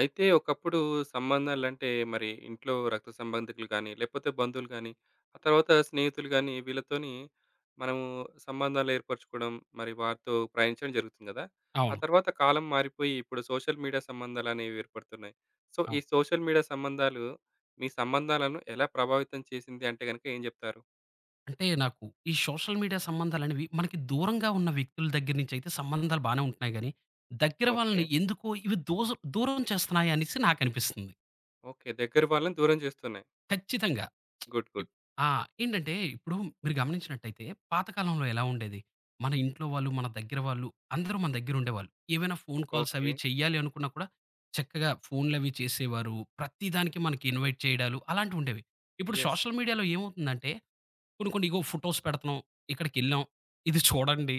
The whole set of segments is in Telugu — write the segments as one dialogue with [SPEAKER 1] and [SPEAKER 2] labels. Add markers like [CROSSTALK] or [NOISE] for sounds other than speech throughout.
[SPEAKER 1] అయితే ఒకప్పుడు సంబంధాలంటే మరి ఇంట్లో రక్త సంబంధికులు కానీ, లేపోతే బంధువులు కానీ, ఆ తర్వాత స్నేహితులు కానీ వీళ్ళతోని మనము సంబంధాలు ఏర్పరచుకోవడం, మరి వారితో ప్రయాణించడం జరుగుతుంది కదా! ఆ
[SPEAKER 2] అవును.
[SPEAKER 1] తర్వాత కాలం మారిపోయి ఇప్పుడు సోషల్ మీడియా సంబంధాలనేవి ఏర్పడుతున్నాయి. సో, ఈ
[SPEAKER 2] అవును.
[SPEAKER 1] సోషల్ మీడియా సంబంధాలు మీ సంబంధాలను ఎలా ప్రభావితం చేసింది అంటే గనక ఏం జెప్తారు?
[SPEAKER 2] అంటే నాకు ఈ సోషల్ మీడియా సంబంధాలనేవి మనకి దూరంగా ఉన్న వ్యక్తుల దగ్గర నుంచి అయితే సంబంధాలు బానే ఉంటున్నాయి గానీ, దగ్గర
[SPEAKER 1] ఓకే.
[SPEAKER 2] వాళ్ళని ఎందుకో ఇవి దూరం చేస్తున్నాయి అనేసి నాకనిపిస్తుంది.
[SPEAKER 1] ఓకే. దగ్గర వాళ్ళని దూరం చేస్తున్నాయి.
[SPEAKER 2] ఖచ్చితంగా.
[SPEAKER 1] గుడ్. గుడ్.
[SPEAKER 2] ఇప్ ఆ! ఏంటంటే ఇప్పుడు మీరు గమనించినట్టయితే పాత కాలంలో ఎలా ఉండేది? మన ఇంట్లో వాళ్ళు, మన దగ్గర వాళ్ళు అందరూ మన దగ్గర ఉండేవాళ్ళు. ఏవైనా ఫోను కాల్స్
[SPEAKER 1] ఓకే.
[SPEAKER 2] అవి చెయ్యాలి అనుకున్నా కూడా చక్కగా ఫోన్‌లవి చేసేవారు. ప్రతి దానికి మనకి ఇన్వైట్ చేయడాలు అలాంటివుండేవి. ఇప్పుడు
[SPEAKER 1] యెస్.
[SPEAKER 2] సోషల్ మీడియాలో ఏమవుతుందంటే కొన్ని ఇగో ఫోటోస్ పెడుతున్నాం. ఇక్కడికెళ్ళాం. ఇది చూడండి.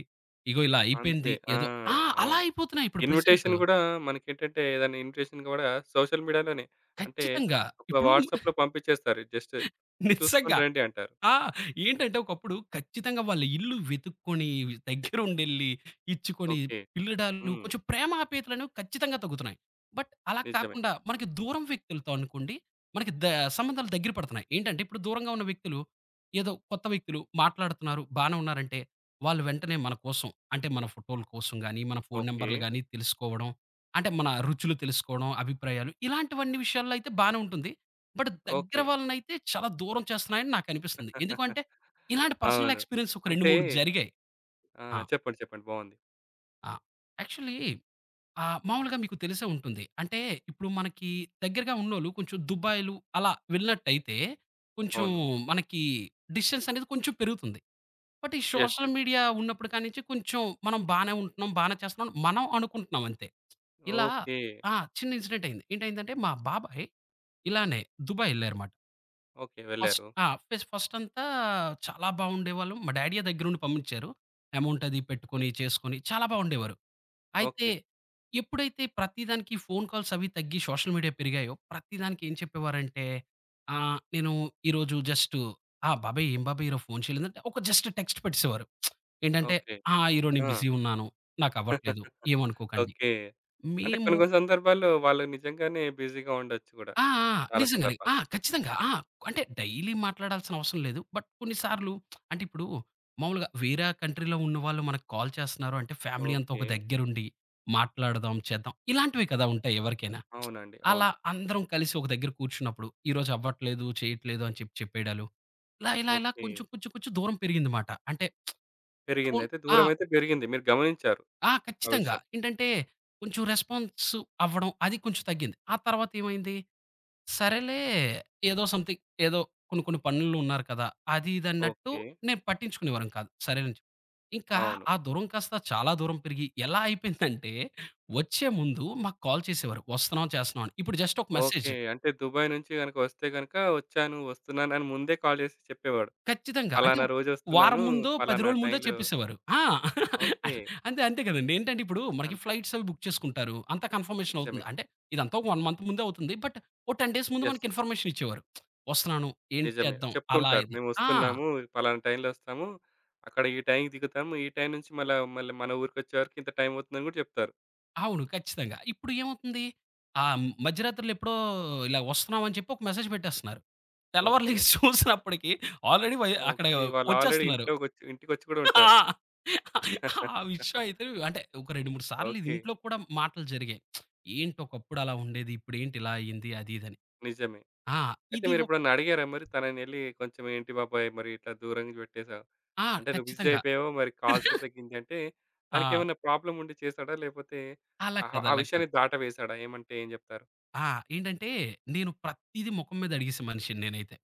[SPEAKER 2] ఇగో ఇలా
[SPEAKER 1] అంతే.
[SPEAKER 2] అయిపోయింది.
[SPEAKER 1] ఆ!
[SPEAKER 2] ఏదో ఆ! అలా
[SPEAKER 1] అవును.
[SPEAKER 2] అయిపోతున్నాయి ఇప్పుడు ప్రెజెంటు.
[SPEAKER 1] ఇన్విటేషన్ గూడా మనకేంటంటే ఏదైనా ఇన్విటేషన్ గూడా సోషల్ మీడియాలోనే. అంటే
[SPEAKER 2] ఖచ్చితంగా.
[SPEAKER 1] ఒక
[SPEAKER 2] ఇప్పుడు
[SPEAKER 1] వాట్సాప్‌లో పంపించేస్తారు. జస్ట్ చూసుకొని
[SPEAKER 2] నిజంగా.
[SPEAKER 1] రండి అంటారు.
[SPEAKER 2] ఆ! ఏంటంటే ఒకప్పుడు ఖచ్చితంగా వాళ్ళ ఇల్లు వెతుక్కొని, దగ్గరుండెళ్లి, ఇచ్చుకొని,
[SPEAKER 1] ఓకే.
[SPEAKER 2] పిల్లడాలు
[SPEAKER 1] హ్మ్.
[SPEAKER 2] కొంచెం ప్రేమ ఆప్యాయతలనేవి ఖచ్చితంగా తగ్గుతున్నాయి. బట్ అలా
[SPEAKER 1] నిజమే.
[SPEAKER 2] కాకుండా మనకి దూరం వ్యక్తులతో అనుకోండి, మనకి ద సంబంధాలు దగ్గర పడుతున్నాయి. ఏంటంటే ఇప్పుడు దూరంగా ఉన్న వ్యక్తులు, ఏదో కొత్త వ్యక్తులు మాట్లాడుతున్నారు, బానే ఉన్నారంటే, వాళ్ళు వెంటనే మన కోసం అంటే మన ఫోటోల కోసం గానీ, మన ఫోను
[SPEAKER 1] ఓకే.
[SPEAKER 2] నంబర్‌లు గానీ తెలుసుకోవడం, అంటే మన రుచులు తెలుసుకోవడం, అభిప్రాయాలు ఇలాంటివన్నీ విషయాల్లో అయితే బానే ఉంటుంది. బట్ దగ్గర
[SPEAKER 1] ఓకే.
[SPEAKER 2] వాళ్ళనైతే చాలా దూరం చేస్తున్నాయని నాకనిపిస్తుంది.
[SPEAKER 1] [LAUGHS]
[SPEAKER 2] ఎందుకంటే ఇలాంటి పర్సనల్
[SPEAKER 1] అవును.
[SPEAKER 2] ఎక్స్‌పీరియన్స్ ఒక 2,
[SPEAKER 1] అంటే
[SPEAKER 2] 3 జరిగాయి.
[SPEAKER 1] ఆ!
[SPEAKER 2] ఆ!
[SPEAKER 1] చెప్పండి. చెప్పండి. బావుంది.
[SPEAKER 2] ఆ! యాక్చువల్లీ మామూలుగా మీకు తెలిసే ఉంటుంది. అంటే ఇప్పుడు మనకి దగ్గరగా ఉన్నోళ్ళు కొంచెం దుబాయ్‌లు అలా వెళ్ళినట్టయితే కొంచెం
[SPEAKER 1] అవును.
[SPEAKER 2] మనకి డిస్టెన్స్ అనేది కొంచెం పెరుగుతుంది. బట్ ఈ
[SPEAKER 1] యెస్.
[SPEAKER 2] Social
[SPEAKER 1] yes.
[SPEAKER 2] మీడియా ఉన్నప్పుడు కానించి కొంచెం మనం బానే ఉంటున్నాం, బానే చేస్తున్నాం మనం అనుకుంటున్నాం అంతే. ఇలా
[SPEAKER 1] ఓకే.
[SPEAKER 2] ఆ! చిన్న ఇన్సిడెంట్ అయింది. ఏంటయిందంటే మా బాబాయ్ ఇలానే దుబాయ్ ఎళ్లారుమాట.
[SPEAKER 1] ఓకే.
[SPEAKER 2] ఫస్ట్
[SPEAKER 1] వెళ్లారు.
[SPEAKER 2] ఆ! ఫెస్ ఫస్టంతా చాలా బావుండేవాళ్ళం. మా డాడీయే దగ్గరుండి పంపించారు. అమౌంట్ అది పెట్టుకొని, చేసుకొని చాలా బావుండేవారు. అయితే
[SPEAKER 1] ఓకే.
[SPEAKER 2] ఎప్పుడైతే ప్రతిదానికి ఫోను కాల్స్ అవి తగ్గి సోషల్ మీడియా పెరిగాయో, ప్రతిదానికి ఏం చెప్పేవారంటే, నేను ఈరోజు జస్టు బాబాయ్ ఏం బాబాయ్ ఈరోజు ఫోను చేయలేదంటే" ఒక జస్ట్ టెక్స్ట్ పెట్టేసేవారు. ఏంటంటే,
[SPEAKER 1] ఓకే.
[SPEAKER 2] ఈరోజు నేను
[SPEAKER 1] ఆ!
[SPEAKER 2] బిజీ ఉన్నాను. నాకవ్వట్లేదు.
[SPEAKER 1] [LAUGHS]
[SPEAKER 2] ఏమనుకోకండి."
[SPEAKER 1] ఓకే. అంటే
[SPEAKER 2] మేము
[SPEAKER 1] కొన్ని కొన్ని సందర్భాల్లో వాళ్ళు నిజంగానే బిజీగా ఉండొచ్చు గూడా
[SPEAKER 2] ఆ! ఆ!
[SPEAKER 1] చాలా
[SPEAKER 2] నిజంగానే.
[SPEAKER 1] సందర్భాలు.
[SPEAKER 2] ఖచ్చితంగా. అంటే డైలీ మాట్లాడాల్సిన అవసరం లేదు. బట్ కొన్నిసార్లు అంటే ఇప్పుడు మామూలుగా వేరే కంట్రీలో ఉన్నవాళ్ళు మనకు కాల్ చేస్తున్నారు అంటే ఫ్యామిలీ అంతా
[SPEAKER 1] ఓకే.
[SPEAKER 2] ఒక దగ్గరుండి మాట్లాడదాం, చేద్దాం. ఇలాంటివే కదా ఉంటాయి ఎవరికైనా.
[SPEAKER 1] అవునండి.
[SPEAKER 2] అలా
[SPEAKER 1] అవును.
[SPEAKER 2] అందరం కలిసి ఒక దగ్గర కూర్చున్నప్పుడు ఈరోజు అవ్వట్లేదు, చేయట్లేదు అని చెప్పి చెప్పేయడాలు. ఇలా ఇలా ఇలా
[SPEAKER 1] ఓకే.
[SPEAKER 2] కొంచెం కొంచెం కొంచెం దూరం పెరిగింది మాట. అంటే
[SPEAKER 1] పెరిగింది.
[SPEAKER 2] ఫోన్
[SPEAKER 1] అయితే
[SPEAKER 2] ఆ!
[SPEAKER 1] దూరమైతే పెరిగింది. మీరు గమనించారు
[SPEAKER 2] ఆ!
[SPEAKER 1] ఆ
[SPEAKER 2] ఖచ్చితంగా.
[SPEAKER 1] విషయం.
[SPEAKER 2] ఏంటంటే కొంచెం రెస్పాన్స్ అవ్వడం అది కొంచెం తగ్గింది. ఆ తర్వాత ఏమైంది? సరేలే. ఏదో సమ్‌థింగ్ ఏదో కొన్ని కొన్ని పనుల్లో ఉన్నారు కదా! అది ఇది అన్నట్టు
[SPEAKER 1] ఓకే.
[SPEAKER 2] నేను పట్టించుకునేవారం కాదు. సరేనని చెప్పి. ఇంకా
[SPEAKER 1] అవును.
[SPEAKER 2] ఆ దూరం కాస్త చాలా దూరం పెరిగి ఎలా అయిపోయిందంటే వచ్చే ముందు మాకు కాల్ చేసేవారు. వస్తున్నాం, చేస్తున్నాం అని. ఇప్పుడు జస్ట్ ఒక మెసేజ్.
[SPEAKER 1] ఓకే. అంటే దుబాయ్ నుంచి గనక వస్తే గనక వచ్చాను, వస్తున్నాను అని ముందే కాల్ చేసి చెప్పేవాడు.
[SPEAKER 2] ఖచ్చితంగా. అంటే
[SPEAKER 1] పలానా
[SPEAKER 2] ఒక వారం
[SPEAKER 1] రోజొస్తున్నాను,
[SPEAKER 2] ముందో, 10
[SPEAKER 1] పలానా
[SPEAKER 2] రోజుల ముందో
[SPEAKER 1] టైంలో
[SPEAKER 2] చెప్పేసేవారు.
[SPEAKER 1] ఓకే.
[SPEAKER 2] అంతే అంతే కదండీ. ఏంటంటే ఇప్పుడు మనకి
[SPEAKER 1] అంతే.
[SPEAKER 2] ఫ్లైట్స్ అవి బుక్ చేసుకుంటారు. అంతా కన్ఫర్మేషన్
[SPEAKER 1] నిజమే.
[SPEAKER 2] అవుతుంది. అంటే ఇదంతా ఒక 1 మంత్ ముందే అవుతుంది. బట్ ఓ 10 డేస్ ముందు
[SPEAKER 1] యెస్.
[SPEAKER 2] మనకి ఇన్ఫర్మేషన్ ఇచ్చేవారు. వస్తున్నాను, ఏంటి
[SPEAKER 1] నిజమే.
[SPEAKER 2] చేద్దాం అలా
[SPEAKER 1] చెప్తుంటారు.
[SPEAKER 2] ఇలా. ఆ!
[SPEAKER 1] మేమొస్తున్నాము, పలానా టైంలో వస్తాము. అక్కడ ఈ టైంకి దిగుతాము. ఈ టైం నుంచి మళ్ళా మళ్ళీ మన ఊరికొచ్చే వరకు ఇంత టైం అవుతుందని గూడా చెప్తారు.
[SPEAKER 2] అవును. ఖచ్చితంగా. ఇప్పుడు ఏమవుతుంది? ఆ మధ్యరాత్రులు ఎప్పుడో ఇలా వస్తున్నాం అని చెప్పి ఒక మెసేజ్ పెట్టేస్తున్నారు. తెల్లవారు
[SPEAKER 1] ఓకే.
[SPEAKER 2] లెగిసి చూసినప్పటికి ఆల్రెడీ అక్కడ
[SPEAKER 1] ఓకే. వాళ్ళు ఆల్రెడీ
[SPEAKER 2] వచ్చేస్తున్నారు.
[SPEAKER 1] ఇంట్లోకొచ్చి ఇంటికొచ్చి కూడా ఉంటారు.
[SPEAKER 2] ఆ! ఆ విషయం
[SPEAKER 1] [LAUGHS]
[SPEAKER 2] అయితే అంటే ఒక 2, 3 సార్లు ఇది
[SPEAKER 1] ఓకే.
[SPEAKER 2] ఇంట్లో కూడా మాటలు జరిగాయి. ఏంటి ఒకప్పుడు అలా ఉండేది. ఇప్పుడేంటి ఇలా అయింది అది ఇదని.
[SPEAKER 1] నిజమే.
[SPEAKER 2] ఆ!
[SPEAKER 1] అయితే
[SPEAKER 2] ఇది ఒ
[SPEAKER 1] మీరెప్పుడన్నా అడిగారా మరి? తననెళ్లి కొంచెం ఏంటి బాబాయ్ మరి ఇట్లా దూరంగా పెట్టేసావు.
[SPEAKER 2] ఆ!
[SPEAKER 1] అంటే నువ్వు బిజీ
[SPEAKER 2] ఖచ్చితంగా.
[SPEAKER 1] అయిపోయావు. మరి కాల్స్ కూడా తగ్గింది అంటే
[SPEAKER 2] ఆ!
[SPEAKER 1] తనకేమన్నా ప్రాబ్లమ్ ఉండి చేసాడా? లేపోతే
[SPEAKER 2] అలా
[SPEAKER 1] ఆహ్,
[SPEAKER 2] కాదు.
[SPEAKER 1] ఆ
[SPEAKER 2] అలా కాదు.
[SPEAKER 1] విషయాన్ని దాటవేసాడా? ఏమంటే ఏం జెప్తారు?
[SPEAKER 2] ఆ! ఏంటంటే నేను ప్రతీదీ ముఖం మీద అడిగేసే మనిషిని నేనైతే.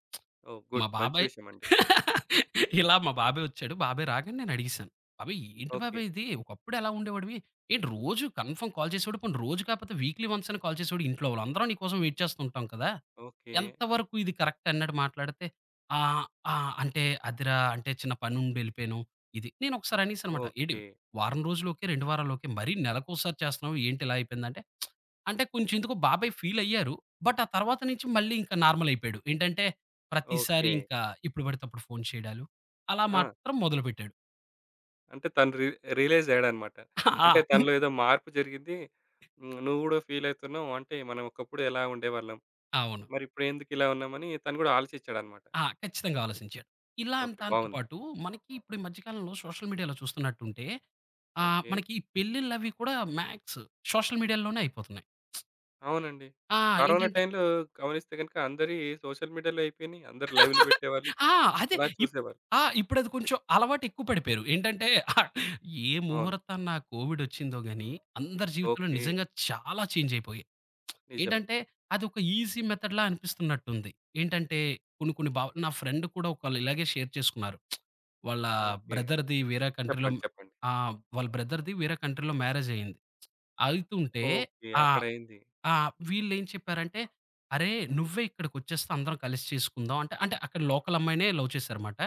[SPEAKER 1] ఓహ్!
[SPEAKER 2] మా
[SPEAKER 1] గుడ్. మంచి
[SPEAKER 2] బాబాయ్
[SPEAKER 1] విషయం అండి.
[SPEAKER 2] [LAUGHS] ఇలా మా బాబాయ్ వచ్చాడు. బాబాయ్ రాగానే నేను అడిగేసాను. "బాబాయ్ ఏంటి
[SPEAKER 1] ఓకే.
[SPEAKER 2] బాబాయ్ ఇది? ఒకప్పుడు ఎలా ఉండేవాడివి. ఏంటి రోజు కన్ఫర్మ్ కాల్ చేసేవాడు. పోనీ రోజు కాకపోతే వీక్లీ వన్స్ అన్నా కాల్ చేసేవాడు. ఇంట్లో వాళ్ళందరం నీ కోసం వెయిట్ చేస్తూ ఉంటాం కదా!"
[SPEAKER 1] ఓకే.
[SPEAKER 2] ఎంతవరకు ఇది కరెక్ట్ అన్నట్టు మాట్లాడితే, "ఆ! ఆ! అంటే అదిరా! అంటే చిన్న పనుండి వెళ్ళిపోయాను." ఇది. నేనొకసారి అనేసానమాట. "ఏంటి
[SPEAKER 1] ఓకే.
[SPEAKER 2] వారం రోజులకే, 2 వారాలకే మరీ నెలకోసారి చేస్తున్నావు ఏంటి ఇలా అయిపోయిందంటే" అంటే కొంచెం ఎందుకో బాబాయ్ ఫీలయ్యారు. బట్ ఆ తర్వాత నుంచి మళ్ళీ ఇంకా నార్మలయిపోయాడు. ఏంటంటే ప్రతిసారి
[SPEAKER 1] ఓకే.
[SPEAKER 2] ఇంకా ఎప్పుడు పడితే అప్పుడు ఫోను చేయడాలు, అలా
[SPEAKER 1] ఆ!
[SPEAKER 2] మాత్రం మొదలుపెట్టాడు.
[SPEAKER 1] అంటే తను రియలైజ్ అయ్యాడనమాట.
[SPEAKER 2] ఆ!
[SPEAKER 1] అంటే తనలో ఏదో మార్పు జరిగింది. హ్మ్. నువ్వు గూడా ఫీల్ అవుతున్నావు. అంటే మనం ఒకప్పుడు ఎలా ఉండేవాళ్ళం.
[SPEAKER 2] అవును.
[SPEAKER 1] మరిప్పుడెందుకిలా ఉన్నామని తను గూడా ఆలోచించాడనమాట.
[SPEAKER 2] ఖచ్చితంగా ఆలోసించాడు. ఇలా
[SPEAKER 1] ఓకే.
[SPEAKER 2] దాంతో
[SPEAKER 1] బావుంది.
[SPEAKER 2] పాటు మనకి ఇప్పుడు ఈ మధ్య కాలంలో సోషల్ మీడియాలో చూస్తున్నట్టుంటే
[SPEAKER 1] ఓకే.
[SPEAKER 2] మనకి ఈ పెళ్ళిళ్ళవి కూడా మ్యాక్స్ సోషల్ మీడియాలోనే అయిపోతున్నాయి.
[SPEAKER 1] అవునండి.
[SPEAKER 2] ఆ!
[SPEAKER 1] కరోనా
[SPEAKER 2] ఏంటంటే
[SPEAKER 1] టైంలో గమనిస్తే గనుక అందరియి సోషల్ మీడియాలో అయిపోయినియి. అందరూ లైవ్‌లు
[SPEAKER 2] [LAUGHS]
[SPEAKER 1] పెట్టేవాళ్ళు.
[SPEAKER 2] ఆ! అదే
[SPEAKER 1] అలా
[SPEAKER 2] ఇప్
[SPEAKER 1] చూసేవాళ్ళు.
[SPEAKER 2] ఆ! ఇప్పుడది కొంచెం అలవాటు ఎక్కువ పడిపోయారు. ఏంటంటే ఆ, ఏ
[SPEAKER 1] అవును.
[SPEAKER 2] ముహూర్తాన కోవిడొచ్చిందో గాని, అందరి జీవితంలో
[SPEAKER 1] ఓకే.
[SPEAKER 2] నిజంగా చాలా చేంజ్ అయిపోయాయి.
[SPEAKER 1] నిజమే.
[SPEAKER 2] ఏంటంటే అదొక ఈజీ మెథడ్‌లా అనిపిస్తున్నట్టుంది. ఏంటంటే కొన్ని కొన్ని నా ఫ్రెండ్ కూడా ఒకళ్ళు ఇలాగే షేర్ చేసుకున్నారు. వాళ్ళ
[SPEAKER 1] ఓకే.
[SPEAKER 2] బ్రదర్‌ది
[SPEAKER 1] ఓకే.
[SPEAKER 2] వేరే కంట్రీలో
[SPEAKER 1] చెప్పండి. చెప్పండి.
[SPEAKER 2] ఆ! వాళ్ళ బ్రదర్‌ది వేరే కంట్రీలో మ్యారేజ్ అయింది. అవుతుంటే
[SPEAKER 1] ఓకే.
[SPEAKER 2] ఆ!
[SPEAKER 1] అక్కడయింది.
[SPEAKER 2] ఆ! వీళ్ళేం చెప్పారంటే, "అరే! నువ్వే ఇక్కడికొచ్చేస్తే అందరం కలిసి చేసుకుందాం" అంటే, అక్కడ లోకల్ అమ్మాయినే లవ్ చేశారుమాట.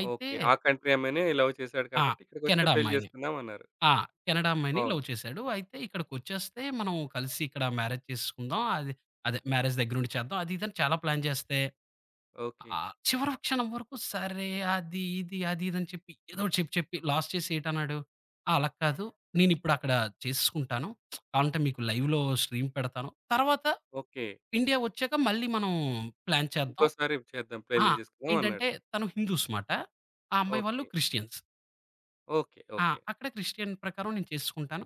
[SPEAKER 2] అయితే
[SPEAKER 1] ఓకే. ఆ కంట్రీ ఆమెనే లవ్ చేసాడు
[SPEAKER 2] ఆ!
[SPEAKER 1] కాబట్టి ఇక్కడికొస్తే
[SPEAKER 2] కెనడా
[SPEAKER 1] పెళ్లి
[SPEAKER 2] అమ్మాయిని.
[SPEAKER 1] చేసుకుందాం అన్నారు.
[SPEAKER 2] ఆ! కెనడా అమ్మాయిని లవ్
[SPEAKER 1] బావుంది.
[SPEAKER 2] చేశాడు. అయితే ఇక్కడికొచ్చేస్తే మనం కలిసి ఇక్కడ మ్యారేజ్ చేసుకుందాం. అదే మ్యారేజ్ దగ్గరుండి చేద్దాం. అది ఇదని చాలా ప్లాన్ చేస్తే,
[SPEAKER 1] ఓకే.
[SPEAKER 2] చివరి క్షణం వరకు సరే అది, ఇది అని చెప్పి ఏదో ఒకటి చెప్పి, చెప్పి లాస్ట్ చేసి ఏటన్నాడు, అలా కాదు. నేనిప్పుడు అక్కడ చేసుకుంటాను. కావాలంటే మీకు లైవ్‌లో స్ట్రీమ్ పెడతాను. తర్వాత
[SPEAKER 1] ఓకే.
[SPEAKER 2] ఇండియా వచ్చాక మళ్ళీ మనం ప్లాన్ చేద్దాం.
[SPEAKER 1] ఇంకోసారి చేద్దాం
[SPEAKER 2] ఆ!
[SPEAKER 1] పెళ్లి చేసుకుందాం అన్నాడు.
[SPEAKER 2] ఏంటంటే తను హిందూస్ మాట. ఆ అమ్మాయి వాళ్ళు
[SPEAKER 1] ఓకే.
[SPEAKER 2] క్రిస్టియన్స్.
[SPEAKER 1] ఓకే.
[SPEAKER 2] ఆ!
[SPEAKER 1] ఓకే.
[SPEAKER 2] అక్కడ క్రిస్టియన్ ప్రకారం నేను చేసుకుంటాను.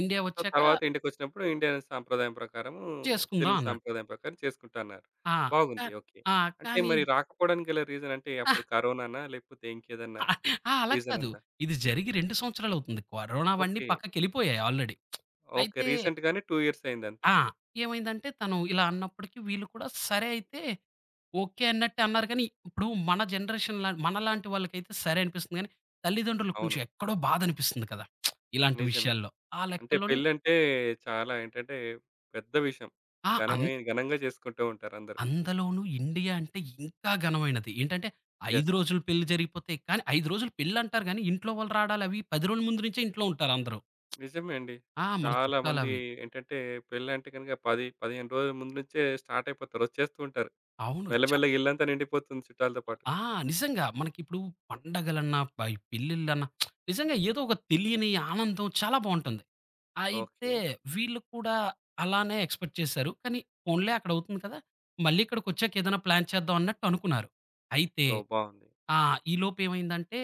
[SPEAKER 2] ఇండియా
[SPEAKER 1] సో,
[SPEAKER 2] వచ్చాక
[SPEAKER 1] తర్వాత ఇంటికొచ్చినప్పుడు ఇండియన్ సాంప్రదాయం ప్రకారము,
[SPEAKER 2] చేసుకుందాం
[SPEAKER 1] తెలుగు
[SPEAKER 2] అన్నాడు.
[SPEAKER 1] సాంప్రదాయం ప్రకారం చేసుకుంటన్నారు.
[SPEAKER 2] ఆ! కా
[SPEAKER 1] బాగుంది. ఓకే.
[SPEAKER 2] ఆ!
[SPEAKER 1] అంటే
[SPEAKER 2] కానీ
[SPEAKER 1] మరి రాకపోవడానికి గల రీజన్ అంటే
[SPEAKER 2] ఆ!
[SPEAKER 1] అప్పుడు కరోనానా? లేకపోతే ఇంకేదన్నా
[SPEAKER 2] అలా
[SPEAKER 1] రీజన్
[SPEAKER 2] కాదు.
[SPEAKER 1] ఉందా?
[SPEAKER 2] ఇది జరిగి 2 సంవత్సరాలవుతుంది. కరోనా అవన్నీ
[SPEAKER 1] ఓకే.
[SPEAKER 2] పక్కకెళ్ళిపోయాయి ఆల్రెడీ.
[SPEAKER 1] ఓకే.
[SPEAKER 2] అయితే
[SPEAKER 1] రీసెంట్‌గానే 2 ఇయర్స్ అయిందంతే.
[SPEAKER 2] ఆ! ఏమైందంటే తను ఇలా అన్నప్పటికి వీళ్ళు కూడా సరే అయితే ఓకే అన్నట్టే అన్నారు కానీ, ఇప్పుడు మన జనరేషన్‌ల మనలాంటి వాళ్ళకైతే సరే అనిపిస్తుంది గానీ, తల్లిదండ్రులకు
[SPEAKER 1] అవును.
[SPEAKER 2] కొంచెం ఎక్కడో బాధనిపిస్తుంది కదా! ఇలాంటి
[SPEAKER 1] నిజమే.
[SPEAKER 2] విషయాల్లో. ఆ
[SPEAKER 1] అంటే
[SPEAKER 2] లెక్కల్లోనే
[SPEAKER 1] పెళ్ళంటే చాలా ఏంటంటే పెద్ద విషయం.
[SPEAKER 2] ఆ! అం
[SPEAKER 1] ఘనమై ఘనంగా చేసుకుంటూ ఉంటారు అందరూ.
[SPEAKER 2] అందులోనూ ఇండియా అంటే ఇంకా ఘనమైనది. ఏంటంటే 5
[SPEAKER 1] యెస్.
[SPEAKER 2] రోజులు పెళ్లి జరిగిపోతే కానీ 5 రోజులు పెళ్ళంటారు గానీ, ఇంట్లో వాళ్ళు రాడాలవి 10 రోజుల ముందు నుంచే ఇంట్లో ఉంటారు అందరూ.
[SPEAKER 1] నిజమే అండి.
[SPEAKER 2] మన
[SPEAKER 1] చాలా మంది
[SPEAKER 2] చుట్టాలవి.
[SPEAKER 1] ఏంటంటే పెళ్ళంటే గనుక 10, 15 రోజుల ముందు నుంచే స్టార్ట్ అయిపోతారు. వచ్చేస్తూ ఉంటారు.
[SPEAKER 2] అవును. చ
[SPEAKER 1] మెల్లమెల్లగా ఇల్లంతా నిండిపోతుంది చుట్టాలతో పాటు.
[SPEAKER 2] ఆ! నిజంగా. మనకిప్పుడు పండగలన్నా, ఈ పెళ్ళిళ్ళన్నా నిజంగా ఏదో ఒక తెలియని ఆనందం చాలా బావుంటుంది. అయితే
[SPEAKER 1] ఓకే.
[SPEAKER 2] వీళ్ళు కూడా అలానే ఎక్స్‌పెక్ట్ చేశారు. కానీ పోన్లే అక్కడవుతుంది కదా! మళ్ళీ ఇక్కడికొచ్చాక ఏదైనా ప్లాన్ చేద్దాం అన్నట్టు అనుకున్నారు. అయితే
[SPEAKER 1] ఓహ్! బావుంది.
[SPEAKER 2] ఆ! ఈలోపు ఏమైందంటే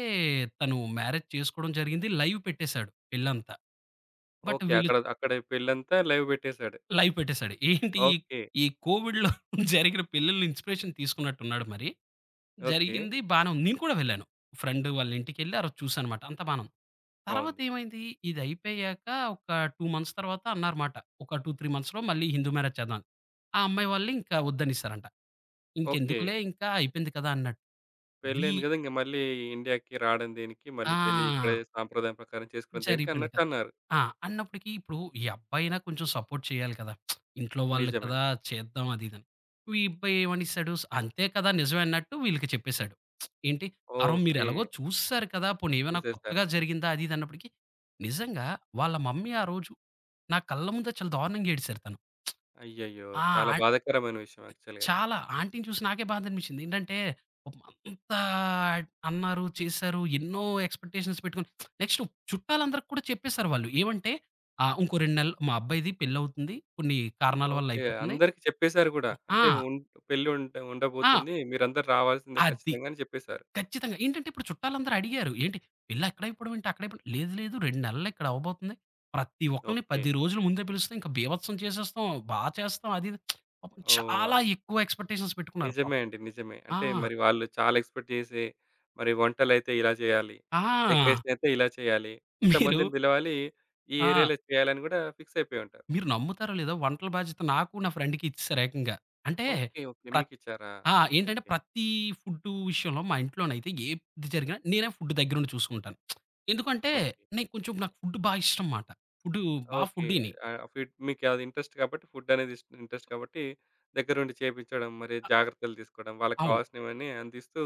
[SPEAKER 2] తను మ్యారేజ్ చేసుకోవడం జరిగింది. లైవ్ పెట్టేశాడు పెళ్ళంతా. But
[SPEAKER 1] okay.
[SPEAKER 2] వీళ్ళు
[SPEAKER 1] అక్కడ అక్కడ పెళ్ళంతా లైవ్ పెట్టేసాడు.
[SPEAKER 2] లైవ్ పెట్టేసాడు. ఏంటి ఈ
[SPEAKER 1] ఓకే.
[SPEAKER 2] ఈ కోవిడ్‌లో [LAUGHS] జరిగిన పెళ్ళిళ్ళ ఇన్‌స్పిరేషన్ తీసుకున్నట్టున్నాడు మరి.
[SPEAKER 1] ఓకే.
[SPEAKER 2] జరిగింది బానే ఉంది. నేను కూడా వెళ్ళాను. ఫ్రెండ్ వాళ్ళ ఇంటికెళ్ళి ఆ రోజు చూసానమాట. అంతా బానే ఉంది. తర్వాత
[SPEAKER 1] బావుంది.
[SPEAKER 2] ఏమైంది ఇది అయిపోయాక ఒక 2 మంత్స్ తర్వాత అన్నారమాట. ఒక 2, 3 మంత్స్‌లో మళ్ళీ హిందూ మ్యారేజ్ చేద్దాం అని. ఆ అమ్మాయి వాళ్ళు ఇంకా వద్దనేసారంట.
[SPEAKER 1] ఓకే.
[SPEAKER 2] ఇంకెందుకులే ఇంకా అయిపోయింది కదా! అన్నట్టు. వీ
[SPEAKER 1] పెళ్ళయింది గదా! ఇంక మళ్ళీ ఇండియాకి రావడం దేనికి? మళ్ళీ పెళ్లి ఇక్కడే
[SPEAKER 2] ఆ!
[SPEAKER 1] సాంప్రదాయం ప్రకారం చేసుకోవడం దేనికి
[SPEAKER 2] జరిగిపోయింది
[SPEAKER 1] అన్నట్టు
[SPEAKER 2] కదా!
[SPEAKER 1] అన్నారు.
[SPEAKER 2] ఆ! అన్నప్పటికి ఇప్పుడు ఈ అబ్బాయినా కొంచెం సపోర్ట్ చేయాలి కదా! ఇంట్లో వాళ్ళు
[SPEAKER 1] నిజమే
[SPEAKER 2] కదా!
[SPEAKER 1] అండి.
[SPEAKER 2] చేద్దాం అది ఇదని. ఈ అబ్బాయి ఏమనేసాడు అంతే కదా! నిజమే అన్నట్టు వీళ్ళకి చెప్పేసాడు. ఏంటి "అరో మీరు
[SPEAKER 1] ఓకే.
[SPEAKER 2] ఎలాగో చూసేసారు కదా! పోనీ ఏమైనా
[SPEAKER 1] చూసేసారు.
[SPEAKER 2] కొత్తగా జరిగిందా?" అది ఇది అన్నప్పటికి నిజంగా వాళ్ళ మమ్మీ ఆ రోజు నా కళ్ళ ముందే చాలా దారుణంగా ఏడిసారు తను.
[SPEAKER 1] అయ్యయ్యో! చాలా
[SPEAKER 2] ఆ!
[SPEAKER 1] బాధాకరమైన విషయం యాక్చువల్‌గా అది.
[SPEAKER 2] చాలా. ఆంటీని చూసి నాకే బాధనిపించింది. ఏంటంటే, పాపం అంతా అన్నారు, చేశారు. ఎన్నో ఎక్స్‌పెక్టేషన్స్ పెట్టుకొని నెక్స్ట్ చుట్టాలందరికి కూడా చెప్పేసారు వాళ్ళు. ఏమంటే, "ఇంకో 2 నెలలు మా అబ్బాయిది పెళ్లవుతుంది. కొన్ని కారణాల వల్ల
[SPEAKER 1] ఓకే.
[SPEAKER 2] అయిపోతుంది"
[SPEAKER 1] అందరికి చెప్పేసారు గూడా.
[SPEAKER 2] ఆ!
[SPEAKER 1] అంటే ఉన్ పెళ్లి
[SPEAKER 2] ఆ!
[SPEAKER 1] ఉండబోతుంది. మీరందరూ రావాల్సిందే
[SPEAKER 2] అది.
[SPEAKER 1] ఖచ్చితంగా అని చెప్పేసారు.
[SPEAKER 2] ఖచ్చితంగా. ఏంటంటే, ఇప్పుడు చుట్టాలందరూ అడిగారు. "ఏంటి పెళ్లెక్కడైపోవడం ఏంటి? అక్కడైపోవడం" "లేదు, లేదు 2 నెలల్లో ఇక్కడ అవ్వబోతుంది. ప్రతి ఒక్కళ్ళని
[SPEAKER 1] ఓకే.
[SPEAKER 2] 10 రోజుల ముందే పిలుస్తాం. ఇంకా బీభత్సం చేసేస్తాం. బా చేస్తాం" అది ఇది. పాపం
[SPEAKER 1] ఓహ్!
[SPEAKER 2] చాలా ఎక్కువ ఎక్స్‌పెక్టేషన్స్ పెట్టుకున్నారు.
[SPEAKER 1] నిజమే
[SPEAKER 2] పాపం.
[SPEAKER 1] అండి. నిజమే.
[SPEAKER 2] ఆ!
[SPEAKER 1] అంటే మరి వాళ్ళు చాలా ఎక్స్‌పెక్ట్ చేసే మరి వంటలైతే ఇలా చేయాలి.
[SPEAKER 2] ఆ!
[SPEAKER 1] డెకరేషన్ అయితే ఇలా చేయాలి.
[SPEAKER 2] మీరు
[SPEAKER 1] ఇంతమందిని పిలవాలి. ఈ
[SPEAKER 2] ఆ!
[SPEAKER 1] ఏరియాలో చేయాలని గూడా ఫిక్స్ అయిపోయి ఉంటారు.
[SPEAKER 2] మీరు నమ్ముతారో లేదో వంటల బాధ్యత నాకు, నా ఫ్రెండ్‌కి ఇచ్చేసారు ఏకంగా. అంటే
[SPEAKER 1] ఓకే. ఓకే.
[SPEAKER 2] ప్రత్
[SPEAKER 1] మీకిచ్చారా?
[SPEAKER 2] ఆ! ఏంటంటే
[SPEAKER 1] ఓకే.
[SPEAKER 2] ఫుడ్డు విషయంలో మా ఇంట్లోనైతే ఏది జరిగినా నేనే ఫుడ్ దగ్గరుండి చూసుకుంటాను. ఎందుకంటే
[SPEAKER 1] ఓకే.
[SPEAKER 2] నేను కొంచెం నాకు ఫుడ్ బా ఇష్టం మాట. ఫుడ్డు బా
[SPEAKER 1] ఓకే.
[SPEAKER 2] ఫుడ్డీని.
[SPEAKER 1] ఆహ్, ఫీడ్ మీకది ఇంట్రెస్ట్ కాబట్టి ఫుడ్డనేది ఇంట్రెస్ట్ కాబట్టి దగ్గరుండి చేపించడం, మరి
[SPEAKER 2] అ
[SPEAKER 1] జాగ్రత్తలు తీసుకోవడం, వాళ్ళకి
[SPEAKER 2] అవును.
[SPEAKER 1] కావాల్సినవన్నీ అందిస్తూ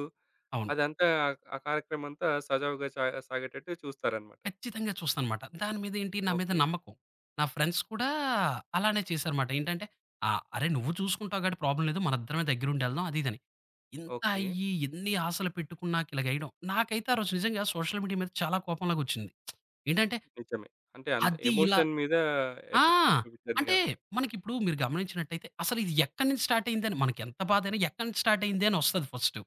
[SPEAKER 2] అవును.
[SPEAKER 1] అదంతా ఆ ఆ కార్యక్రమం అంతా సజావుగా సాగేటట్టు చూస్తారన్నమాట.
[SPEAKER 2] ఖచ్చితంగా చూస్తానమాట. దాని మీద ఏంటి నా మీద
[SPEAKER 1] ఓకే.
[SPEAKER 2] నమ్మకం. నా ఫ్రెండ్స్ కూడా అలానే చేశారుమాట. ఏంటంటే, "ఆ! అరే! నువ్వు చూసుకుంటావు గాబట్టి ప్రాబ్లమ్ లేదు. మనిద్దరమే దగ్గరుండి ఎళ్దాం" అది ఇదని. ఇంత
[SPEAKER 1] ఓకే.
[SPEAKER 2] అయ్యి, ఇన్ని ఆశలు పెట్టుకున్నాక ఇలాగేయడం. నాకైతే ఆ రోజు నిజంగా సోషల్ మీడియా మీద చాలా కోపంలాగొచ్చింది. ఏంటంటే
[SPEAKER 1] నిజమే. అంటే అంత
[SPEAKER 2] అది ఇలా
[SPEAKER 1] ఎమోషన్ మీద
[SPEAKER 2] ఆ!
[SPEAKER 1] ఎఫెక్ట్ చూపిచ్చింది
[SPEAKER 2] అంటే
[SPEAKER 1] కదా!
[SPEAKER 2] మనకిప్పుడు మీరు గమనించినట్టయితే అసలు ఇది ఎక్కడి నుంచి స్టార్ట్ అయిందని మనకెంత బాధైనా ఎక్కడి నుంచి స్టార్ట్ అయింది అని వస్తది ఫస్టు.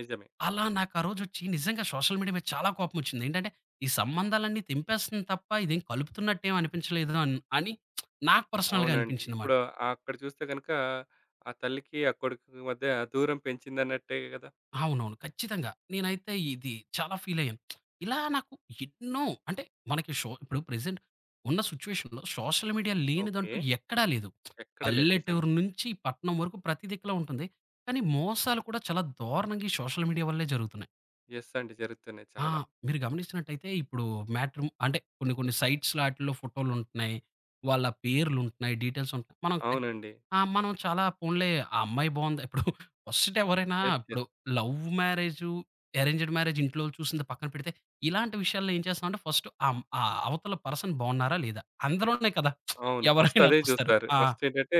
[SPEAKER 1] నిజమే.
[SPEAKER 2] అలా నాకు ఆ రోజొచ్చి నిజంగా సోషల్ మీడియా మీద చాలా కోపమొచ్చింది. ఏంటంటే ఈ సంబంధాలన్నీ తెంపేస్తుంది తప్ప ఇదేం కలుపుతున్నట్టేం అనిపించలేదు అని నాకు పర్సనల్‌గా
[SPEAKER 1] అవునండి.
[SPEAKER 2] అనిపించిందమాట.
[SPEAKER 1] ఇప్పుడు అక్కడ చూస్తే గనుక ఆ తల్లికి, ఆ కొడుకుకి మధ్య దూరం పెంచిందన్నట్టే కదా!
[SPEAKER 2] అవునవును. ఖచ్చితంగా. నేనైతే ఇది చాలా ఫీలయ్యాను. ఇలా నాకు ఎన్నో అంటే మనకి ఇప్పుడు ప్రెజెంట్ ఉన్న సిట్యుయేషన్‌లో సోషల్ మీడియా
[SPEAKER 1] ఓకే.
[SPEAKER 2] లేనిదంటూ ఎక్కడా లేదు.
[SPEAKER 1] ఎక్కడ లేదు. నిజమే.
[SPEAKER 2] పల్లెటూరు నుంచి పట్నం వరకు ప్రతి దిక్కులా ఉంటుంది. కానీ మోసాలు కూడా చాలా దారుణంగా ఈ సోషల్ మీడియా వల్లే జరుగుతున్నాయి.
[SPEAKER 1] యెస్ అండి. జరుగుతున్నాయి
[SPEAKER 2] ఆ!
[SPEAKER 1] చాలా.
[SPEAKER 2] మీరు గమనించినట్టయితే ఇప్పుడు అంటే కొన్ని కొన్ని సైట్స్‌లో ఆటిల్లో ఫోటోలుంటున్నాయి. వాళ్ళ పేర్లుంటున్నాయి. డీటెయిల్స్ ఉంటున్నాయి. మనం ఖచ్
[SPEAKER 1] అవునండి.
[SPEAKER 2] ఆ! మనం చాలా పోన్లే ఆ అమ్మాయి బావుంది. ఇప్పుడు ఫస్ట్ ఎవరైనా
[SPEAKER 1] యెస్.
[SPEAKER 2] ఇప్పుడు
[SPEAKER 1] yes.
[SPEAKER 2] Love marriage, arranged marriage ఇంట్లోళ్ళు చూసింది పక్కన పెడితే, ఇలాంటి విషయాల్లో ఏం చేస్తామంటే ఫస్ట్ ఆహ్, ఆ అవతల పర్సన్ బావున్నారా లేదా? అందులోనే కదా!
[SPEAKER 1] అవును. ఫస్ట్
[SPEAKER 2] ఎవరైనా
[SPEAKER 1] అదే
[SPEAKER 2] చూస్తారు.
[SPEAKER 1] చూస్తారు.
[SPEAKER 2] ఆ!
[SPEAKER 1] ఫస్ట్ ఏంటంటే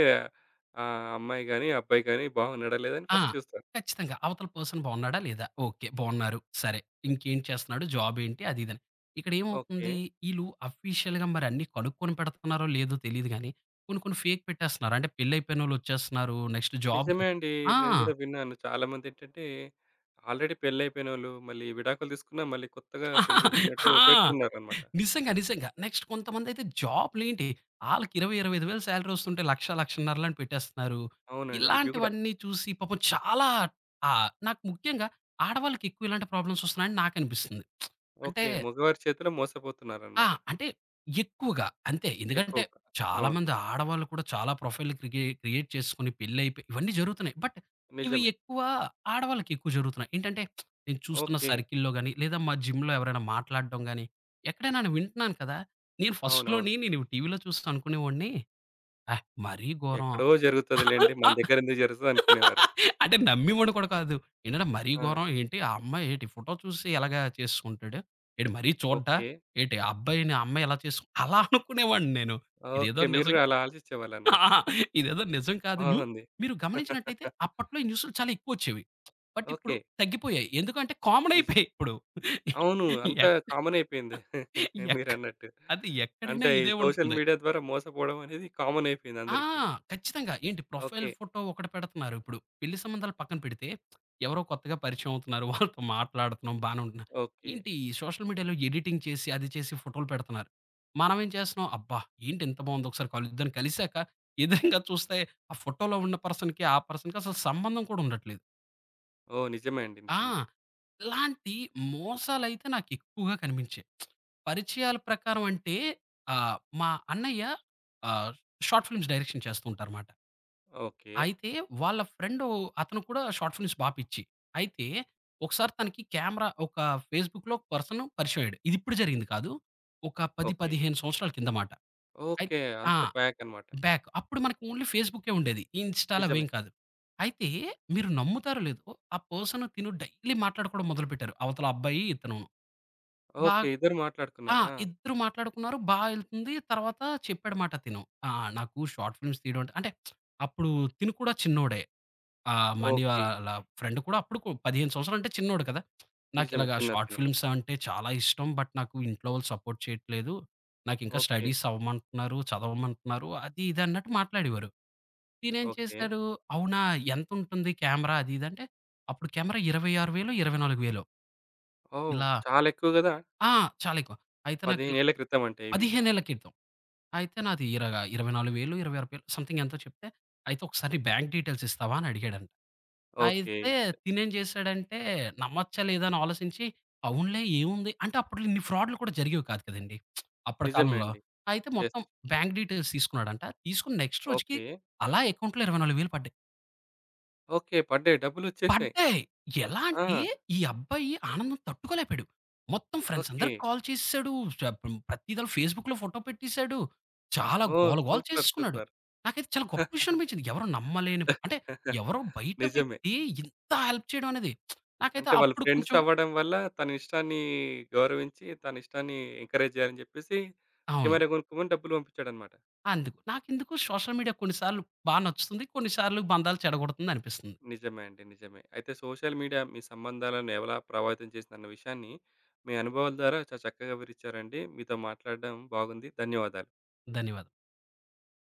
[SPEAKER 1] ఆహ్, అమ్మాయి గాని, అబ్బాయి గాని బాగున్నాడా? లేదా? అని
[SPEAKER 2] ఆ!
[SPEAKER 1] ఫస్ట్ చూస్తారు.
[SPEAKER 2] ఖచ్చితంగా. అవతల పర్సన్ బాగున్నాడా? లేదా? ఓకే. బాగున్నారు. సరే. ఇంకేం చేస్తున్నాడు? జాబ్ ఏంటి? అది ఇదని.
[SPEAKER 1] ఓకే.
[SPEAKER 2] ఇక్కడేమవుతుంది? ఈళ్ళు అఫీషియల్‌గా మరి అన్నీ కనుక్కొని పెడుతున్నారో లేదో తెలీదు గానీ, కొన్ని కొన్ని ఫేక్ పెట్టేస్తున్నారు. అంటే పెళ్లి అయిపోయినోళ్ళొచ్చేస్తున్నారు. నెక్స్ట్ జాబ్‌కి
[SPEAKER 1] నిజమే అండి.
[SPEAKER 2] ఆ!
[SPEAKER 1] నేను గూడా విన్నాను. చాలామందేంటంటే, ఆల్రెడీ పెళ్లయిపోయినోళ్ళు మళ్ళీ విడాకులు తీసుకున్నా, మళ్ళీ కొత్తగా పెళ్లి చేసుకున్నట్టు
[SPEAKER 2] ఆ!
[SPEAKER 1] పెడుతున్నారనమాట.
[SPEAKER 2] నిజంగా. నిజంగా. నెక్స్ట్ కొంతమందైతే జాబ్‌లేంటి ఆళ్ళకి 20, 25,000 సాలరీ వస్తుంటే 1,00,00, 1,50,000 అని పెట్టేస్తున్నారు.
[SPEAKER 1] అవునండి. ఇవి గూడా.
[SPEAKER 2] ఇలాంటివన్నీ చూసి పాపం చాలా నాకు ముఖ్యంగా ఆడవాళ్ళకి ఎక్కువ ఇలాంటి ప్రాబ్లమ్స్ వస్తున్నాయని నాకనిపిస్తుంది. అంటే
[SPEAKER 1] ఓకే. మగవారి చేతిలో
[SPEAKER 2] ఆ!
[SPEAKER 1] మోసపోతున్నారనమాట
[SPEAKER 2] అంటే ఎక్కువగా అంతే. ఎందుకంటే
[SPEAKER 1] ఎక్కువగా. అవును.
[SPEAKER 2] చాలామంది ఆడవాళ్ళు కూడా చాలా ప్రొఫైల్‌లు క్రియేట్ చేసుకొని పెళ్లయిపోయి ఇవన్నీ జరుగుతున్నాయి. బట్ ఇవి
[SPEAKER 1] నిజమే.
[SPEAKER 2] ఎక్కువ ఆడవాళ్ళకి ఎక్కువ జరుగుతున్నాయి. ఏంటంటే నేను చూస్తున్న
[SPEAKER 1] ఓకే.
[SPEAKER 2] సర్కిల్‌లో గాని, లేదా మా జిమ్‌లో ఎవరైనా మాట్లాడడం గాని, ఎక్కడైనా నేను వింటున్నాను కదా! నేను
[SPEAKER 1] అవునవును.
[SPEAKER 2] ఫస్ట్‌లోని నేను టీవీలో చూసి అనుకునేవాడిని, మరీ ఘోరం.
[SPEAKER 1] ఎక్కడో జరుగుతదిలెండి. మన
[SPEAKER 2] ఆ!
[SPEAKER 1] దగ్గరెందుకు జరుగుతదనుకునేవారు.
[SPEAKER 2] అంటే నమ్మివాడు కూడా కాదు. ఏంటంటే మరీ
[SPEAKER 1] ఆ!
[SPEAKER 2] ఘోరం ఏంటి ఆ అమ్మాయి ఏంటి ఫోటో చూసి ఎలాగా చేసుకుంటాడు? ఏంటి మరీ చూడ్డా?
[SPEAKER 1] ఓకే.
[SPEAKER 2] ఏంటి ఆ అబ్బాయిని ఆ అమ్మాయి ఎలా చేసుకు అలా అనుకునేవాడిని నేను. ఇదేదో
[SPEAKER 1] ఓకే. మీరు
[SPEAKER 2] నిజం
[SPEAKER 1] గూడా అలా
[SPEAKER 2] [LAUGHS] ఆ!
[SPEAKER 1] ఆలోచించేవాళ్ళనమాట.
[SPEAKER 2] ఇదేదో నిజం కాదు.
[SPEAKER 1] బాగుంది.
[SPEAKER 2] మీరు గమనించినట్టయితే
[SPEAKER 1] [LAUGHS]
[SPEAKER 2] అప్పట్లో ఈ న్యూస్‌లు చాలా ఎక్కువొచ్చేవి. బట్ ఇప్పుడు
[SPEAKER 1] ఓకే.
[SPEAKER 2] తగ్గిపోయాయి. ఎందుకంటే కామన్
[SPEAKER 1] నిజమే.
[SPEAKER 2] అయిపోయాయి ఇప్పుడు.
[SPEAKER 1] అవును. అంతా
[SPEAKER 2] ఎక్
[SPEAKER 1] కామన్ అయిపోయింది. [LAUGHS]
[SPEAKER 2] ఎక్
[SPEAKER 1] మీరన్నట్టు.
[SPEAKER 2] అది ఎక్కడైనా
[SPEAKER 1] అంటే ఈ
[SPEAKER 2] ఇదే
[SPEAKER 1] సోషల్
[SPEAKER 2] ఉంటుంది.
[SPEAKER 1] మీడియా ద్వారా మోసపోవడం అనేది కామన్ అయిపోయింది
[SPEAKER 2] ఆ!
[SPEAKER 1] అందరికి.
[SPEAKER 2] ఖచ్చితంగా. ఏంటి ప్రొఫైల్
[SPEAKER 1] ఓకే.
[SPEAKER 2] ఫోటో ఒకటి పెడుతున్నారు. ఇప్పుడు పెళ్లి సంబంధాలు పక్కన పెడితే, ఎవరో కొత్తగా పరిచయం అవుతున్నారు. వాళ్ళతో మాట్లాడుతున్నాం, బానే ఉంటున్నా.
[SPEAKER 1] ఓకే.
[SPEAKER 2] ఏంటి సోషల్ మీడియాలో ఎడిటింగ్ చేసి, అది చేసి ఫోటోలు పెడుతున్నారు. మనమేం చేస్తున్నాం, అబ్బా! ఏంటి ఇంత బాగుంది ఒకసారి కలుద్దాం కలిసాక ఎదురుంగా చూస్తే ఆ ఫోటోలో ఉన్న పర్సన్‌కి, ఆ పర్సన్‌కి అసలు సంబంధం కూడా ఉండట్లేదు.
[SPEAKER 1] ఓహ్! నిజమే అండి.
[SPEAKER 2] ఆ!
[SPEAKER 1] నిజమే.
[SPEAKER 2] ఇలాంటి మోసాలైతే నాకెక్కువగా కనిపించాయి. పరిచయాల ప్రకారం అంటే మా అన్నయ్య ఆహ్, షార్ట్ ఫిల్మ్స్ డైరెక్షన్ చేస్తూ ఉంటారుమాట.
[SPEAKER 1] ఓకే.
[SPEAKER 2] అయితే వాళ్ళ ఫ్రెండు అతను కూడా షార్ట్ ఫిల్మ్స్ బా పిచ్చి. అయితే ఒకసారి తనకి కెమెరా ఒక ఫేస్‌బుక్‌లో ఒక పర్సన్ పరిచయం అయ్యాడు. ఇది ఇప్పుడు జరిగింది కాదు. ఒక 10,
[SPEAKER 1] ఓకే.
[SPEAKER 2] 15 సంవత్సరాల కింద మాట. అయి
[SPEAKER 1] ఓకే.
[SPEAKER 2] ఆ!
[SPEAKER 1] అంత ప్యాక్ అన్నమాట.
[SPEAKER 2] బ్యాక్. అప్పుడు మనకు ఓన్లీ ఫేస్‌బుకే ఉండేది. ఈ ఇన్‌స్టా‌లు
[SPEAKER 1] నిజమే.
[SPEAKER 2] అవేం కాదు. అయితే మీరు నమ్ముతారో లేదో ఆ పర్సన్ తిను డైలీ మాట్లాడుకోవడం మొదలుపెట్టారు. అవతల అబ్బాయి ఇతనును. బా
[SPEAKER 1] ఓకే. ఇద్దరు
[SPEAKER 2] ఆ!
[SPEAKER 1] మాట్లాడుకున్నారా?
[SPEAKER 2] ఇద్దరు మాట్లాడుకున్నారు. బా ఎళ్తుంది. తర్వాత చెప్పాడమాట తిను. "ఆ! నాకు షార్ట్ ఫిల్మ్స్ తీయడం అంటే" అంటే అప్పుడు తిను కూడా చిన్నోడే. ఆ! Money
[SPEAKER 1] okay.
[SPEAKER 2] వాళ్ళ ఫ్రెండ్ కూడా అప్పుడు 15 సంవత్సరాలంటే చిన్నోడు కదా!
[SPEAKER 1] నిజమే.
[SPEAKER 2] నాకిలాగా షార్ట్
[SPEAKER 1] చిన్నతనే.
[SPEAKER 2] ఫిల్మ్స్ అంటే చాలా ఇష్టం. బట్ నాకు ఇంట్లో వాళ్ళు సపోర్ట్ చేయట్లేదు. నాకింకా
[SPEAKER 1] ఓకే.
[SPEAKER 2] స్టడీస్ అవ్వమంటున్నారు, చదవమంటున్నారు అది ఇది అన్నట్టు మాట్లాడేవారు. నేనేం
[SPEAKER 1] ఓకే.
[SPEAKER 2] చేశాడు, "అవునా ఎంతుంటుంది కెమెరా?" అది ఇది అంటే, అప్పుడు కెమెరా 26,000 24,000
[SPEAKER 1] ఓహ్!
[SPEAKER 2] ఇలా
[SPEAKER 1] చాలా ఎక్కువ గదా!
[SPEAKER 2] ఆ! చాలా ఎక్కువ. అయితే
[SPEAKER 1] 15
[SPEAKER 2] నాకిలా
[SPEAKER 1] ఏళ్ల క్రితం అంటే ఈ విషయం.
[SPEAKER 2] 15 ఏళ్ల క్రితం. అయితే నాది ఇరగా 24,000, 26,000 సంథింగ్ ఎంతో చెప్తే, "అయితే ఒకసారి నీ బ్యాంక్ డీటెయిల్స్ ఇస్తావా?" అని అడిగాడంట.
[SPEAKER 1] ఓకే.
[SPEAKER 2] అయితే
[SPEAKER 1] చ
[SPEAKER 2] తినేం చేశాడంటే నమ్మచ్చా లేదా అని ఆలోచించి, అవునులే ఏముంది అంటే అప్పట్లో ఇన్ని ఫ్రాడ్‌లు కూడా జరిగేవి కాదు కదండీ! అప్పటి
[SPEAKER 1] నిజమే
[SPEAKER 2] కాలంలో.
[SPEAKER 1] అండి.
[SPEAKER 2] అయితే
[SPEAKER 1] యెస్.
[SPEAKER 2] మొత్తం బ్యాంక్ డీటెయిల్స్ తీసుకున్నాడంట. తీసుకుని నెక్స్ట్ రోజుకి
[SPEAKER 1] ఓకే.
[SPEAKER 2] అలా అకౌంట్‌లో 24,000 పడ్డాయి.
[SPEAKER 1] ఓకే. పడ్డాయి. డబ్బులొచ్చేసాయి.
[SPEAKER 2] పడ్డాయి. ఎలా అంటే
[SPEAKER 1] ఆ!
[SPEAKER 2] ఈ అబ్బాయి ఆనందం తట్టుకోలేపోయాడు. మొత్తం ఫ్రెండ్స్
[SPEAKER 1] ఓకే.
[SPEAKER 2] అందరికి కాల్ చేసేసాడు. షప్ ప్రతి దాని ఫేస్‌బుక్‌లో ఫోటో పెట్టేసాడు. చాలా
[SPEAKER 1] ఓహ్!
[SPEAKER 2] గోల గోల
[SPEAKER 1] సూపర్.
[SPEAKER 2] చేసేసుకున్నాడు.
[SPEAKER 1] సూపర్.
[SPEAKER 2] నాకైతే చాలా గొప్ప విషయం అనిపించింది. ఎవరు నమ్మలేని అంటే
[SPEAKER 1] [LAUGHS]
[SPEAKER 2] ఎవరో బయట
[SPEAKER 1] నిజమే.
[SPEAKER 2] వ్యక్తి ఇంత హెల్ప్ చేయడం అనేది. నాకైతే
[SPEAKER 1] అంటే వాళ్ళు
[SPEAKER 2] అప్పుడు
[SPEAKER 1] ఫ్రెండ్స్
[SPEAKER 2] కొంచెం
[SPEAKER 1] అవ్వడం వల్ల తన ఇష్టాన్ని గౌరవించి, తన ఇష్టాన్ని ఎంకరేజ్ చేయాలని చెప్పేసి
[SPEAKER 2] అవును.
[SPEAKER 1] కెమెరా కొనుక్కోమని డబ్బులు పంపించాడన్నమాట.
[SPEAKER 2] అందుకు. నాకెందుకు సోషల్ మీడియా కొన్ని సార్లు బా నచ్చుతుంది. కొన్ని సార్లు బంధాలు చెడగొడుతుంది అనిపిస్తుంది.
[SPEAKER 1] నిజమే అండి. నిజమే. అయితే సోషల్ మీడియా మీ సంబంధాలను ఎలా ప్రభావితం చేసిందన్న విషయాన్ని మీ అనుభవాల ద్వారా చాలా చక్కగా వివరిచ్చారండి. మీతో మాట్లాడడం బాగుంది. ధన్యవాదాలు.
[SPEAKER 2] ధన్యవాదాలు.